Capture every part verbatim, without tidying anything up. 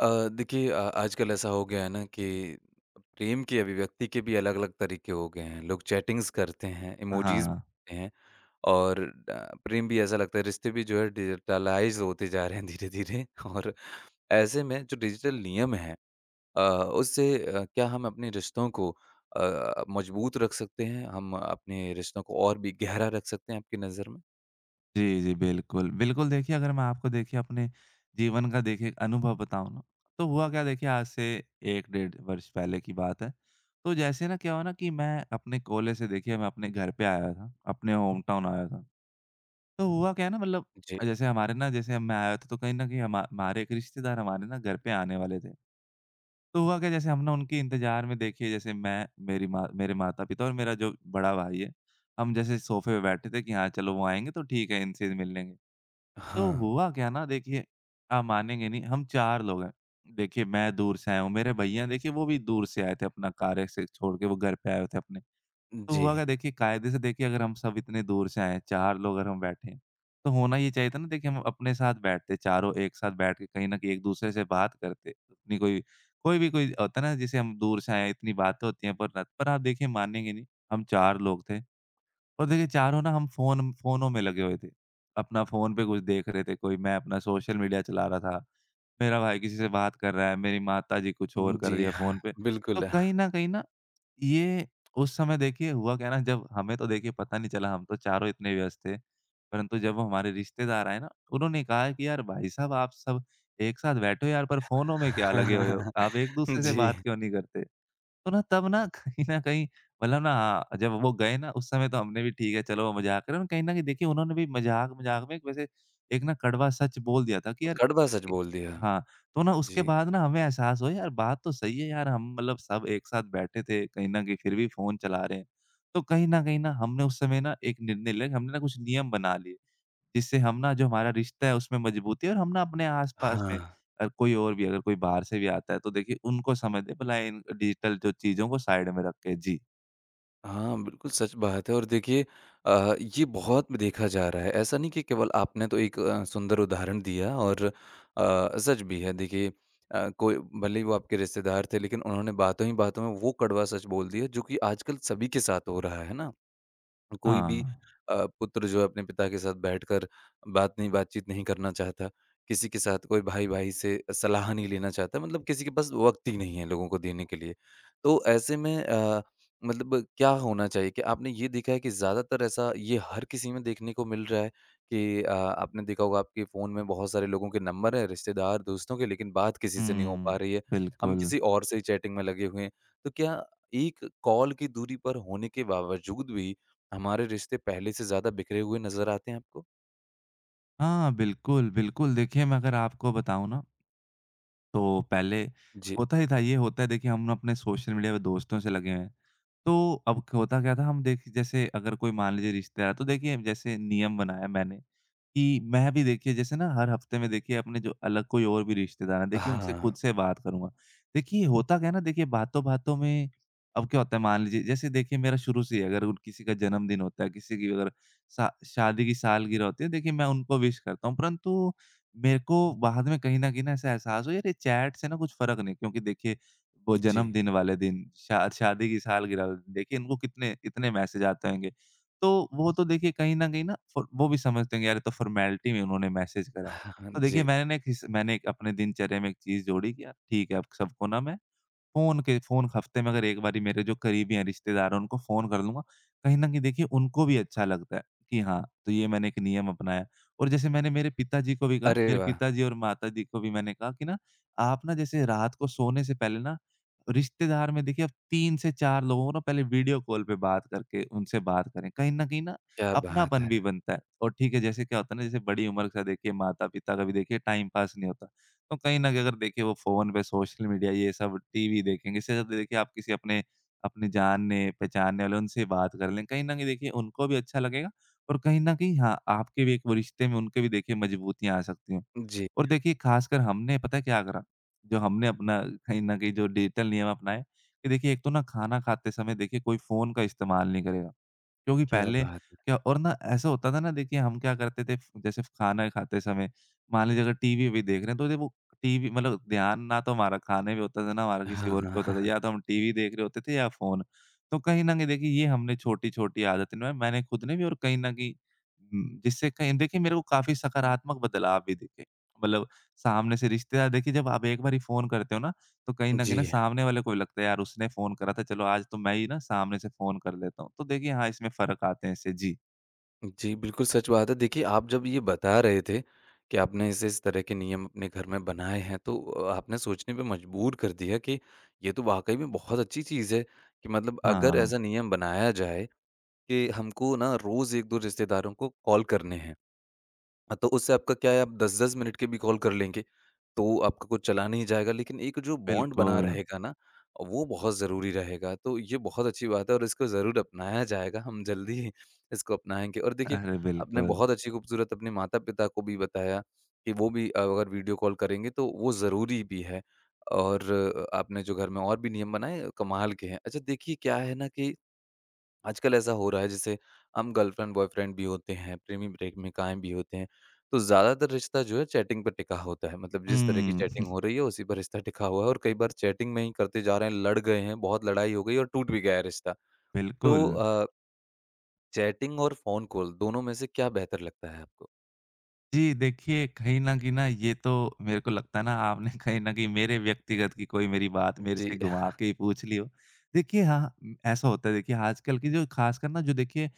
अ, देखिए अ, आजकल ऐसा हो गया है ना कि प्रेम की अभिव्यक्ति के भी अलग-अलग तरीके हो गए हैं। लोग चैटिंग्स करते हैं, इमोजीज़ हाँ। भेजते हैं और अ, प्रेम भी ऐसा लगता है रिश्ते भी जो है डिजिटलाइज़ होते जा रहे हैं धीरे-धीरे और ऐसे में जो डिजिटल नियम हैं अ, उससे अ, क्या हम अपने रिश्तों को अ, मजबूत रख सकते हैं? हम अपने रिश्तों को और भी गहरा रख सकते हैं आपकी नज़र में? जी, जी, बिल्कुल। बिल्कुल, देखिए अगर मैं आपको देखिए अपने जीवन का देखिए एक अनुभव बताऊँ ना, तो हुआ क्या देखिए आज से एक डेढ़ वर्ष पहले की बात है। तो जैसे ना क्या हुआ ना कि मैं अपने कॉलेज से देखिए मैं अपने घर पे आया था, अपने होम टाउन आया था। तो हुआ क्या है ना मतलब जी। जैसे हमारे ना जैसे मैं आया था तो कहीं न कहीं हमा हमारे एक रिश्तेदार हमारे ना घर पे आने वाले थे। तो हुआ क्या जैसे हम ना उनके इंतज़ार में देखिए जैसे मैं, मेरी माँ, मेरे माता-पिता और मेरा जो बड़ा भाई है, हम जैसे सोफ़े पे बैठे थे कि हाँ, चलो वो आएँगे तो ठीक है इनसे मिल लेंगे। हाँ। तो हुआ क्या ना देखिए, आप मानेंगे नहीं, हम चार लोग हैं। देखिए मैं दूर से आया हूँ, मेरे भैया देखिए वो भी दूर से आए थे, अपना कार्य से छोड़ के वो घर पे आए हुए थे अपने। तो जी। हुआ क्या देखिए, कायदे से देखिए अगर हम सब इतने दूर से आए हैं, चार लोग अगर हम बैठे हैं, तो होना ये चाहिए था ना देखिए हम अपने साथ बैठते, चारों एक साथ बैठ के कहीं न कहीं एक-दूसरे से बात करते। अपनी कोई कोई भी कोई होता है ना जिसे हम दूर से आए हैं, इतनी बातें होती हैं पर न पर आप देखिए मानेंगे नहीं, हम चार लोग थे और देखिए चारों ना हम फ़ोन फ़ोनों में लगे हुए थे। अपना फ़ोन पे कुछ देख रहे थे, कोई मैं अपना सोशल मीडिया चला रहा था, मेरा भाई किसी से बात कर रहा है, मेरी माताजी कुछ और कर जी, रही है हाँ, फ़ोन पे। तो बिल्कुल। कहीं न कहीं ना ये उस समय देखिए हुआ क्या ना, जब हमें तो देखिए पता नहीं चला, हम तो चारों इतने व्यस्त थे। परंतु जब हमारे रिश्तेदार आए ना, उन्होंने कहा कि यार भाई साहब, आप सब एक साथ बैठो यार, पर फ़ोनों में क्या लगे हुए हो? आप एक-दूसरे से जी। बात क्यों नहीं करते? तो ना तब ना कहीं न कहीं मतलब ना, हाँ, जब वो गए ना उस समय, तो हमने भी ठीक है चलो मज़ाक कर रहे हैं। कहीं न कहीं देखिए उन्होंने भी मज़ाक-मज़ाक में एक वैसे एक ना कड़वा सच बोल दिया था कि यार। कड़वा सच ए बोल दिया। हाँ, तो ना उसके जी। बाद ना हमें एहसास हुआ, यार बात तो सही है, यार हम मतलब सब एक साथ बैठे थे कहीं न कहीं, फिर भी फ़ोन चला रहे हैं। तो कहीं न कहीं ना हमने उस समय ना एक निर्णय लिया कि हमने ना कुछ नियम बना लिए। जिससे हम ना जो हमारा रिश्ता है उसमें मजबूती है, और हम ना अपने आस-पास हाँ। में अ, कोई और भी अगर कोई बाहर से भी आता है तो देखिए उनको समय दें, भला इन डिजिटल जो चीज़ों को साइड में रख के। जी। हाँ, बिल्कुल सच बात है और देखिए अ, ये बहुत देखा जा रहा है। ऐसा नहीं कि केवल आपने तो एक अ, सुंदर उदाहरण दिया और अ, सच भी है देखिए अ, कोई भले ही वो आपके रिश्तेदार थे लेकिन उन्होंने बातों ही बातों में वो कड़वा सच बोल दिया जो कि आजकल सभी के साथ हो रहा है ना? कोई भी हाँ। अ, पुत्र जो है अपने पिता के साथ बैठकर बात नहीं बातचीत नहीं करना चाहता। किसी के साथ कोई भाई-भाई से सलाह नहीं लेना चाहता। मतलब किसी के पास वक़्त ही नहीं है लोगों को देने के लिए। तो ऐसे में अ, मतलब क्या होना चाहिए? कि आपने ये देखा है कि ज़्यादातर ऐसा ये हर किसी में देखने को मिल रहा है कि अ, आपने देखा होगा आपके फ़ोन में बहुत सारे लोगों के नंबर हैं, रिश्तेदार, दोस्तों के, लेकिन बात किसी से नहीं हो पा हुँ। रही है। हम बिल्कुल। किसी और से ही चैटिंग में लगे हुए हैं। तो क्या एक कॉल की दूरी पर होने के बावजूद भी हमारे रिश्ते पहले से ज़्यादा बिखरे हुए नज़र आते हैं आपको? हाँ, बिल्कुल, बिल्कुल। देखिए मैं अगर आपको बताऊँ ना, तो पहले जी। होता ही था, ये होता है देखिए हम अपने सोशल मीडिया पे दोस्तों से लगे हुए हैं। तो अब क होता क्या था, हम देखिए जैसे अगर कोई मान लीजिए रिश्तेदार, तो देखिए जैसे नियम बनाया मैंने कि मैं भी देखिए जैसे ना हर हफ्ते में देखिए अपने जो अलग कोई और भी रिश्तेदार हैं देखिए उनसे खुद हाँ। से बात करूँगा। देखिए होता क्या है ना देखिए बातों-बातों में, अब क्या होता है मान लीजिए जैसे देखिए मेरा शुरू से ही, अगर उन किसी का जन्मदिन होता है, किसी की अगर शा शादी की सालगिरह होती है, देखिए मैं उनको विश करता हूँ, परंतु मेरे को बाद में कहीं न कहीं ना ऐसा एहसास हुआ, यार ये चैट से ना कुछ फ़र्क नहीं, क्योंकि देखिए वो जी। जन्मदिन वाले दिन, शा शादी की सालगिरह वाले दिन, देखिए इनको कितने कितने मैसेज आते होंगे। तो वो तो देखिए कहीं न कहीं ना फ वो भी समझते होंगे, यार ये तो फ़ॉर्मेलिटी में उन्होंने मैसेज करा है। हाँ, तो देखिए जी। मैंने ना एक हिस मैंने एक अपने दिनचर्या में एक चीज़ जोड़ी कि यार ठीक है, अब सबको ना मैं फ़ोन के फ़ोन हफ्ते में अगर एक बारी, मेरे जो करीबी हैं, रिश्तेदार हैं, उनको फ़ोन कर लूँगा। कहीं न कहीं देखिए उनको भी अच्छा लगता है कि हाँ, तो ये मैंने एक नियम अपनाया। और जैसे मैंने मेरे पिताजी को भी कहा, अरे मेरे वाह! पिताजी और माताजी को भी मैंने कहा कि ना, आप ना जैसे रात को सोने से पहले ना, रिश्तेदार में देखिए आप तीन से चार लोगों को ना पहले वीडियो कॉल पे बात करके उनसे बात करें। कहीं न कहीं ना क्या बात अपनापन है। भी बनता है, और ठीक है, जैसे क्या होता है ना, जैसे बड़ी उम्र का देखिए माता-पिता का भी देखिए टाइम पास नहीं होता। तो कहीं न कहीं अगर देखिए वो फ़ोन पे सोशल मीडिया, ये सब, टीवी देखेंगे, इससे ज़्यादा देखिए आप किसी अपने अपने जानने-पहचानने वाले उनसे बात कर लें, कहीं न कहीं देखिए उनको भी अच्छा लगेगा, और कहीं न कहीं हाँ, आपके भी एक वो रिश्ते में, उनके भी देखिए मजबूतियाँ आ सकती हैं। जी, और देखिए ख़ासकर हमने पता है क्या करा? जो हमने अपना कहीं न कहीं जो डिजिटल नियम अपनाए, कि देखिए एक तो ना खाना खाते समय देखिए कोई फ़ोन का इस्तेमाल नहीं करेगा। क्योंकि क्या पहले बात है। क्या और ना ऐसा होता था ना देखिए, हम क्या करते थे, जैसे खाना खाते समय मान लीजिए अगर टीवी भी देख रहे हैं तो देखो टीवी, मतलब ध्यान ना तो हमारा खाने पे होता था, ना हमारा किसी हाँ, और हाँ, पे होता हाँ, था, हाँ। या तो हम टीवी देख रहे होते थे या फोन। तो कहीं ना कहीं देखिए ये हमने छोटी छोटी आदतें ना मैंने खुद ने भी और कहीं ना कहीं हम्म, जिससे कहीं देखिए मेरे को काफी सकारात्मक बदलाव भी दिखे, मतलब सामने से रिश्तेदार देखिए, जब आप एक बार फोन करते हो ना, तो कहीं न कहीं ना जी, सामने वाले को भी लगता है, यार उसने फ़ोन करा था, चलो आज तो मैं ही ना सामने से फ़ोन कर लेता हूँ। तो देखिए हाँ, इसमें फ़र्क आते हैं इससे। जी। जी, बिल्कुल सच बात है। देखिए, आप जब ये बता रहे थे कि आपने इस-इस तरह के नियम अपने घर में बनाए हैं, तो अ, आपने सोचने पे मजबूर कर दिया कि ये तो वाक़ई में बहुत अच्छी चीज़ है कि मतलब अगर हाँ, ऐसा नियम बनाया जाए कि हमको ना रोज़ एक दो रिश्तेदारों को कॉल करने हैं। हाँ, तो उससे आपका क्या है आप दस दस मिनट के भी कॉल कर लेंगे, तो आपका कुछ चला नहीं जाएगा लेकिन एक जो बॉन्ड बना बिल्कुल। रहेगा ना, वो बहुत ज़रूरी रहेगा। तो ये बहुत अच्छी बात है और इसको ज़रूर अपनाया जाएगा, हम जल्दी ही इसको अपनाएँगे। और देखिए, अरे आपने बिल्कुल। बहुत अच्छी खूबसूरत अपने माता-पिता को भी बताया कि वो भी अ, अगर वीडियो कॉल करेंगे तो वो ज़रूरी भी है और अ, आपने जो घर में और भी नियम बनाए, कमाल के हैं। अच्छा देखिए क्या है ना कि आजकल ऐसा हो रहा है जैसे हम गर्लफ्रेंड बॉयफ्रेंड भी होते हैं, प्रेमी प्रेमिकाएँ भी होते हैं, तो ज़्यादातर रिश्ता जो है चैटिंग पे टिका होता है। मतलब जिस तरह की हुँ, चैटिंग हो रही है उसी पर रिश्ता टिका हुआ है और कई बार चैटिंग में ही करते जा रहे हैं, लड़ गए हैं, बहुत लड़ाई हो गई और टूट भी गया है रिश्ता। बिल्कुल। तो अ, चैटिंग और फ़ोन कॉल दोनों में से क्या बेहतर लगता है आपको? जी, देखिए कहीं न कहीं ना ये तो मेरे को लगता है ना, आपने कहीं न कहीं मेरे व्यक्तिगत की कोई मेरी बात मेरे से जी। घुमा के ही पूछ ली हो। देखिए हाँ, म, ऐसा होता है देखिए आजकल की जो ख़ासकर ना, जो देखिए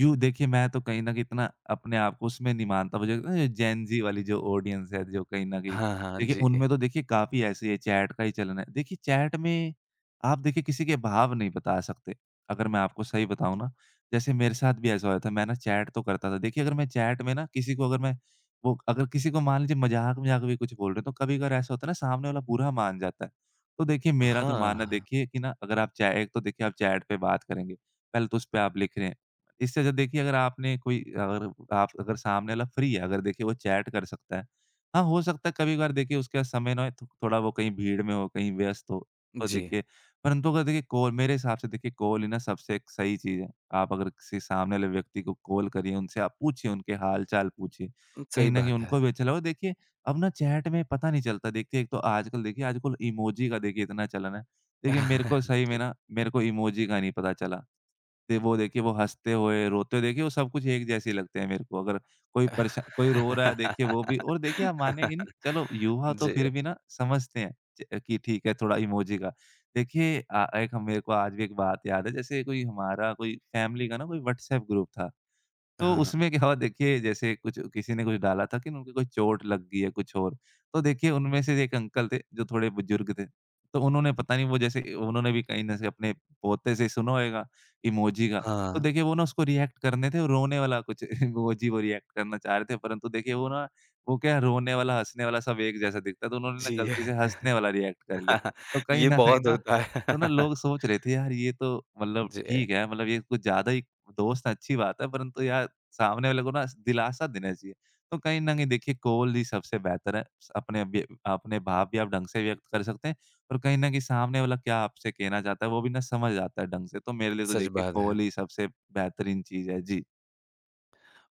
यूँ देखिए, मैं तो कहीं न कहीं इतना अपने आप को उसमें नहीं मानता, मुझे लगता है ना जेन ज़ी वाली जो ऑडियंस है, जो कहीं न कहीं हाँ, हाँ, देखिए, जी। उनमें तो देखिए काफ़ी ऐसी है, चैट का ही चलन है। देखिए, चैट में आप देखिए किसी के भाव नहीं बता सकते, अगर मैं आपको सही बताऊँ ना, जैसे मेरे साथ भी ऐसा होया था, मैं ना चैट तो करता था। देखिए, अगर मैं चैट में ना किसी को अगर मैं वो अगर किसी को मान लीजिए मज़ाक-मज़ाक में कुछ बोल रहे हैं, तो कभी-कभार ऐसा होता है ना, सामने वाला बुरा मान जाता है। तो देखिए, मेरा तो मानना है हाँ, देखिए कि ना, अगर आप चा एक तो देखिए आप चैट पे बात करेंगे, पहले तो उस पे आप लिख रहे हैं। इससे अच्छा देखिए अगर आपने कोई अगर आप अगर सामने वाला फ्री है, अगर देखिए वो चैट कर सकता है। हाँ, हो सकता है कभी-कभार देखिए उसके पास समय ना हो, थो थोड़ा वो कहीं भीड़ में हो, कहीं व्यस्त हो, तो जी। देखिए परंतु अगर देखिए कॉल मेरे हिसाब से देखिए कॉल ही ना सबसे एक सही चीज़ है। आप अगर किसी सामने वाले व्यक्ति को कॉल करिए, उनसे आप पूछिए, उनके हाल-चाल पूछिए। उम, कहीं सही न कहीं बात है। उनको भी अच्छा लगे, और देखिए अब ना चैट में पता नहीं चलता, देखिए एक तो आजकल देखिए, आजकल इमोजी का देखिए इतना चलन है। देखिए मेरे को सही में जी। ना, मेरे को इमोजी का नहीं पता चला। दे वो देखिए, वो हँसते हुए, रोते हुए, देखिए वो सब कुछ एक जैसे ही लगते हैं मेरे को। अगर कोई परेशा कोई रो रहा है देखिए वो भी, और देखिए आप मानेंगे नहीं, चलो युवा तो फिर जी। भी ना समझते हैं च कि ठीक है थोड़ा इमोजी का। देखिए अ, एक हम मेरे को आज भी एक बात याद है, जैसे कोई हमारा कोई फैमिली का ना कोई व्हाट्सएप ग्रुप था। तो हाँ। उसमें क्या हुआ देखिए, जैसे कुछ किसी ने कुछ डाला था कि उनकी कोई चोट लग गई है कुछ और। तो देखिए उनमें से एक अंकल थे जो थोड़े बुजुर्ग थे। तो उन्होंने पता नहीं वो जैसे उन्होंने भी कहीं न से अपने पोते से सुना होएगा इमोजी का। तो हाँ। देखिए वो ना उसको रिएक्ट करने थे, रोने वाला कुछ इमोजी, वो रिएक्ट करना चाह रहे थे, परंतु देखिए वो ना वो क्या, रोने वाला, हँसने वाला सब एक जैसा दिखता है, तो उन्होंने ना जी। गलती से हँसने वाला रिएक्ट कर लिया। तो कहीं ये न कहीं बहुत ना, होता है। तो ना लोग सोच रहे थे, यार ये तो, मतलब जी, ठीक है मतलब ये कुछ ज़्यादा ही दोस्त है, अच्छी बात है, परंतु यार सामने वाले को ना दिलासा देना चाहिए। तो कहीं न कहीं देखिए कॉल ही सबसे बेहतर है। अपने व्य अपने भाव भी आप ढंग से व्यक्त कर सकते हैं और कहीं न कहीं सामने वाला क्या आपसे कहना चाहता है वो भी ना समझ आता है ढंग से। तो मेरे लिए तो सच देखिए बात कॉल है। ही सबसे बेहतरीन चीज़ है। जी।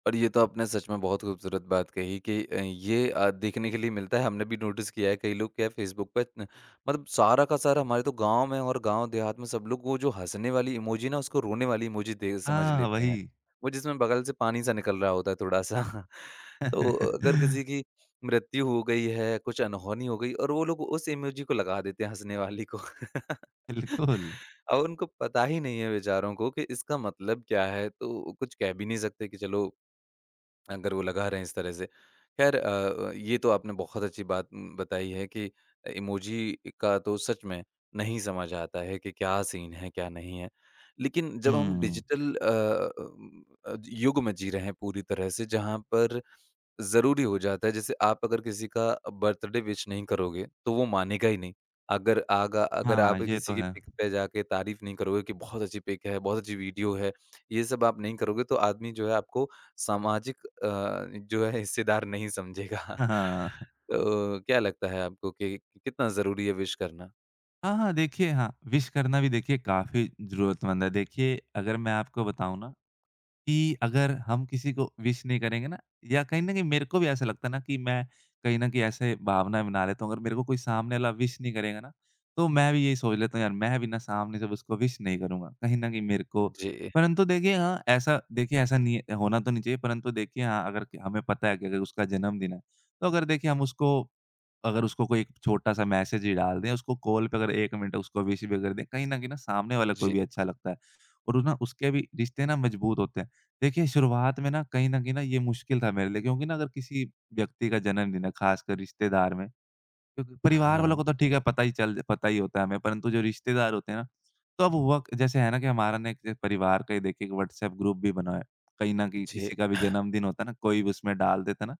और ये तो आपने सच में बहुत खूबसूरत बात कही कि अ, ये अ, देखने के लिए मिलता है हमने भी नोटिस किया है कई लोग क्या फेसबुक पे न- मतलब सारा का सारा हमारे तो गांव में और गांव देहात में सब लोग वो जो हंसने वाली इमोजी ना उसको रोने वाली इमोजी दे समझ हाँ, लेते हैं वही। वो जिसमें बगल से पानी सा निकल रहा होता है थोड़ा सा तो अगर किसी की मृत्यु हो गई है कुछ अनहोनी हो गई और वो लोग उस इमोजी को लगा देते हैं हंसने वाली को बिल्कुल। और उनको पता ही नहीं है बेचारों को कि इसका मतलब क्या है तो कुछ कह भी नहीं सकते कि चलो अगर वो लगा रहे हैं इस तरह से। ख़ैर अ, ये तो आपने बहुत अच्छी बात उम, बताई है कि इमोजी का तो सच में नहीं समझ आता है कि क्या सीन है, क्या नहीं है। लेकिन जब हम हुँ। डिजिटल अ अ, युग में जी रहे हैं पूरी तरह से जहाँ पर ज़रूरी हो जाता है जैसे आप अगर किसी का बर्थडे विश नहीं करोगे, तो वो मानेगा ही नहीं। अगर आगा अगर हाँ, आप ये तो किसी की है। पिक पे जाके तारीफ़ नहीं करोगे कि बहुत अच्छी पिक है, बहुत अच्छी वीडियो है, ये सब आप नहीं करोगे तो आदमी जो है आपको सामाजिक अ, जो है हिस्सेदार नहीं समझेगा। हाँ। तो क्या लगता है आपको कि कितना ज़रूरी है विश करना? हाँ, हाँ, देखिए हाँ, विश करना भी देखिए काफ़ी ज़रूरतमंद है। देखिए अगर मैं आपको बताऊँ ना कि अगर हम किसी को विश नहीं करेंगे ना या कहीं न कहीं मेरे को भी ऐसा लगता है ना कि मैं कहीं न कहीं ऐसे भावना बना लेता हूँ, अगर मेरे को कोई सामने वाला विश नहीं करेगा ना, तो मैं भी यही सोच लेता हूँ, यार मैं भी ना सामने जब उसको विश नहीं करूँगा, कहीं न कहीं मेरे को जी, परंतु देखिए हाँ, ऐसा देखिए ऐसा नहीं है होना तो नहीं चाहिए परंतु देखिए हाँ, अगर क हमें पता है कि अगर उसका जन्मदिन है, तो अगर देखिए हम उसको अगर उसको कोई एक छोटा-सा मैसेज ही डाल दें, उसको कॉल पे अगर एक मिनट उसको विश भी कर दें, कहीं न कहीं ना सामने वाले को जी। भी अच्छा लगता है और ना उसके भी रिश्ते ना मजबूत होते हैं। देखिए, शुरुआत में ना कहीं न कहीं ना ये मुश्किल था मेरे लिए क्योंकि ना अगर किसी व्यक्ति का जन्मदिन है, ख़ासकर रिश्तेदार में क्योंकि परिवार वालों हाँ, को तो ठीक है पता ही चल पता ही होता है हमें, परंतु जो रिश्तेदार होते हैं ना, तो अब हुआ क- जैसे है ना कि हमारा ना एक परिवार का ही देखिए एक व्हाट्सएप ग्रुप भी बना है। कहीं न कहीं जी, किसी का भी जन्मदिन होता है ना, कोई भी उसमें डाल देता है ना,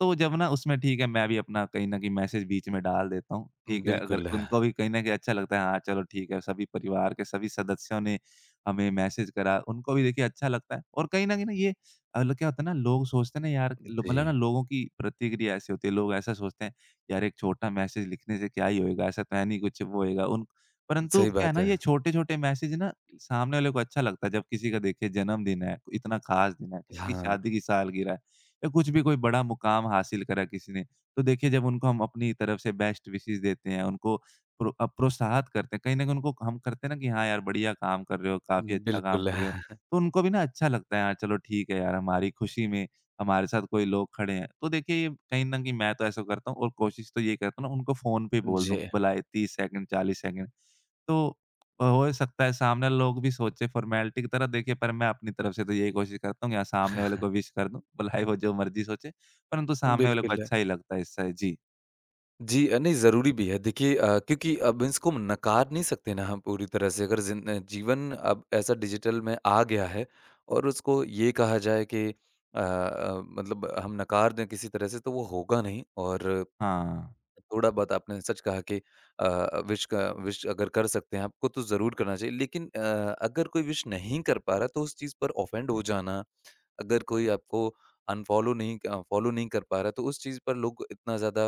तो जब ना उसमें ठीक है मैं भी अपना कहीं न कहीं मैसेज बीच में डाल देता हूँ, ठीक है? अगर बिल्कुल। उनको भी कहीं न कहीं अच्छा लगता है हाँ, चलो ठीक है सभी परिवार के सभी सदस्यों ने हमें मैसेज करा, उनको भी देखिए अच्छा लगता है और कहीं न कहीं ना ये अ, ल क्या होता है ना लोग सोचते हैं ना यार लो मतलब जी, ना लोगों की प्रतिक्रिया ऐसी होती है, लोग ऐसा सोचते हैं, यार एक छोटा मैसेज लिखने से क्या ही होएगा, ऐसा तो है नहीं कुछ वो होएगा उन परंतु सही क्या है बात ना है। ये छोटे-छोटे मैसेज ना सामने वाले को अच्छा लगता है, जब किसी का देखिए जन्मदिन है, इतना खास दिन है, किसी की हाँ, शादी की सालगिरह है, या कुछ भी कोई बड़ा मुकाम हासिल करा किसी ने, तो देखिए जब उनको हम अपनी तरफ से बेस्ट विशेस देते हैं, उनको प्रो अ, प्रोत्साहित करते हैं, कहीं न कहीं उनको हम करते हैं ना कि हाँ यार बढ़िया काम कर रहे हो, काफ़ी अच्छा काम बिल्कुल। कर रहे हो, तो उनको भी ना अच्छा लगता है, हाँ चलो ठीक है यार हमारी खुशी में हमारे साथ कोई लोग खड़े हैं। तो देखिए ये कहीं न कहीं मैं तो ऐसा करता हूँ और कोशिश तो ये करता हूँ ना उनको फ़ोन पे बोल जी, दूँ, भला ये तीस सेकंड, चालीस सेकंड तो हो सकता है सामने लोग भी सोचे फ़ॉर्मेलिटी की तरह देखिए, पर मैं अपनी तरफ से तो यही कोशिश करता हूँ यहाँ सामने वाले को विश कर दूँ, भलाई वो जो मर्ज़ी सोचे, परंतु सामने वाले को बिल्कुल। अच्छा ही लगता है इससे। जी, जी अ, नहीं ज़रूरी भी है। देखिए अ, क्योंकि अब इसको नकार नहीं सकते ना हम पूरी तरह से अगर ज़िन अ, जीवन अब ऐसा डिजिटल में आ गया है और उसको ये कहा जाए कि अ अ, मतलब हम नकार दें किसी तरह से तो वो होगा नहीं और हाँ। थोड़ा बहुत आपने सच कहा कि अ, विश का विश अगर कर सकते हैं आपको तो ज़रूर करना चाहिए। लेकिन अ, अगर कोई विश नहीं कर पा रहा तो उस चीज़ पर ऑफेंड हो जाना अगर कोई आपको अनफ़ॉलो नहीं क फ़ॉलो नहीं कर पा रहा है, तो उस चीज़ पर लोग इतना ज़्यादा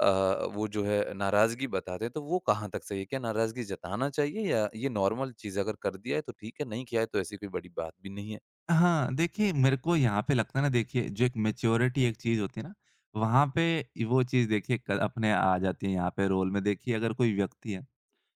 अ, वो जो है नाराज़गी बताते हैं, तो वो कहाँ तक सही है? क्या नाराज़गी जताना चाहिए या ये नॉर्मल चीज़ है, अगर कर दिया है तो ठीक है, नहीं किया है तो ऐसी कोई बड़ी बात भी नहीं है? हाँ, देखिए मेरे को यहाँ पे लगता है ना देखिए, जो एक मैच्योरिटी एक चीज़ होती है ना, वहाँ पे वो चीज़ देखिए क अपने आ जाती है यहाँ पे रोल में। देखिए अगर कोई व्यक्ति है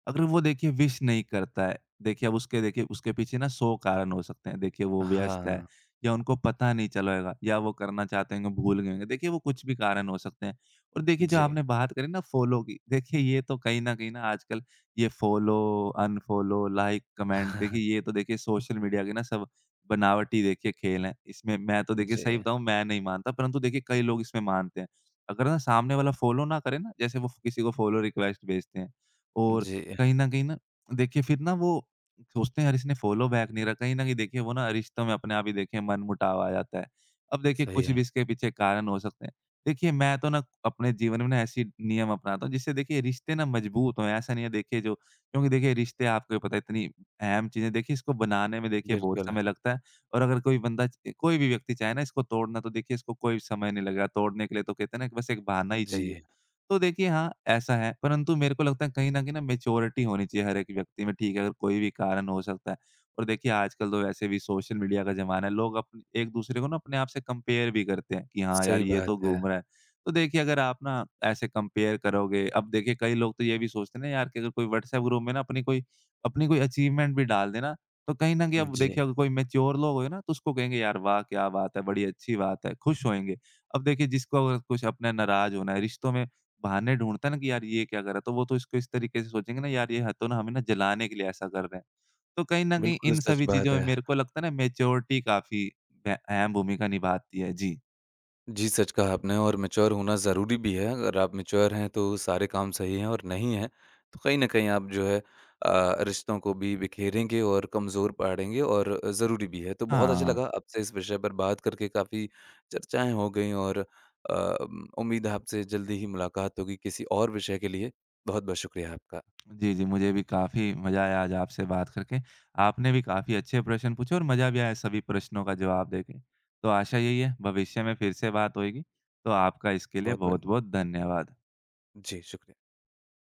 अगर वो देखिए विश नहीं करता है, देखिए अब उसके देखिए उसके पीछे ना सौ कारण हो सकते हैं। देखिए वो व्यस्त है हाँ, या उनको पता नहीं चलेगा या वो करना चाहते होंगे, भूल गए होंगे। देखिए वो कुछ भी कारण हो सकते हैं। और देखिए जो जी। आपने बात करी ना फ़ॉलो की, देखिए ये तो कहीं न कहीं ना आजकल ये फ़ॉलो, अनफ़ॉलो, लाइक, कमेंट देखिए ये तो देखिए सोशल मीडिया के ना सब बनावटी देखिए खेल हैं। इसमें मैं तो देखिए जी, सही बताऊँ मैं नहीं मानता, परंतु देखिए कई लोग इसमें मानते हैं। अगर ना सामने वाला फ़ॉलो ना करे ना, जैसे वो किसी को फ़ॉलो रिक्वेस्ट भेजते हैं और जी, कहीं न कहीं ना देखिए फिर ना वो सोचते हैं यार इसने फ़ॉलो बैक नहीं रहा। कहीं न कहीं देखिए वो ना रिश्तों में अपने आप ही देखिए मनमुटाव आ जाता है। अब देखिए सही कुछ भी है। इसके पीछे कारण हो सकते हैं। देखिए मैं तो ना अपने जीवन में ना ऐसी नियम अपनाता हूँ जिससे देखिए रिश्ते ना मजबूत हों। ऐसा नहीं है देखिए जो क्योंकि देखिए रिश्ते आपको भी पता है इतनी अहम चीज़ें देखिए इसको बनाने में देखिए बहुत बिल्कुल, समय लगता है और अगर कोई बंदा च कोई भी व्यक्ति चाहे ना इसको तोड़ना तो देखिए इसको कोई समय नहीं लगेगा। तोड़ने के लिए तो कहते हैं ना कि बस एक बहाना ही जी, चाहिए। तो देखिए हाँ, ऐसा है, परंतु मेरे को लगता है कहीं न कहीं ना मैच्योरिटी होनी चाहिए हर एक व्यक्ति में, ठीक है? अगर कोई भी कारण हो सकता है और देखिए आजकल तो वैसे भी सोशल मीडिया का ज़माना है, लोग अप एक-दूसरे को ना अपने आप से कंपेयर भी करते हैं कि हाँ यार, सही ये तो बात है। घूम रहा है। तो देखिए अगर आप ना ऐसे कंपेयर करोगे अब देखिए कई लोग तो ये भी सोचते हैं ना यार कि अगर कोई व्हाट्सएप ग्रुप में ना अपनी कोई अपनी कोई अचीवमेंट भी डाल दे ना, तो कहीं न कहीं अब जी, देखिए अगर कोई मैच्योर लोग होंगे ना, तो उसको कहेंगे यार वाह! क्या बात है, बड़ी अच्छी बात है, खुश होएँगे। अब देखिए जिसको अगर कुछ अपना नाराज़ होना है, रिश्तों में बहाने ढूँढता है ना कि यार ये क्या कर रहा है, तो वो तो इसको इस तरीके से सोचेंगे ना यार ये ह तो ना हमें ना जलाने के लिए ऐसा कर रहे हैं। तो कहीं न कहीं बिल्कुल इन सच सभी चीज़ों बात में है। मेरे को लगता है ना मैच्योरिटी काफ़ी ब अहम भूमिका निभाती है। जी। जी, सच कहा आपने और मैच्योर होना ज़रूरी भी है। अगर आप मैच्योर हैं तो सारे काम सही हैं और नहीं हैं तो कहीं न कहीं आप जो है अ, रिश्तों को भी बिखेरेंगे और कमज़ोर पड़ेंगे और ज़रूरी भी है। तो बहुत अच्छा हाँ। लगा आपसे इस विषय पर बात करके काफ़ी चर्चाएँ हो गई और अ, उम, उम्मीद है आपसे जल्दी ही मुलाकात होगी किसी और विषय के लिए। बहुत-बहुत शुक्रिया आपका। जी, जी, मुझे भी काफ़ी मज़ा आया आज आपसे बात करके। आपने भी काफ़ी अच्छे प्रश्न पूछे और मज़ा भी आया सभी प्रश्नों का जवाब देके। तो आशा यही है भविष्य में फिर से बात होएगी। तो आपका इसके लिए बहुत-बहुत बहुत-बहुत धन्यवाद। जी, शुक्रिया।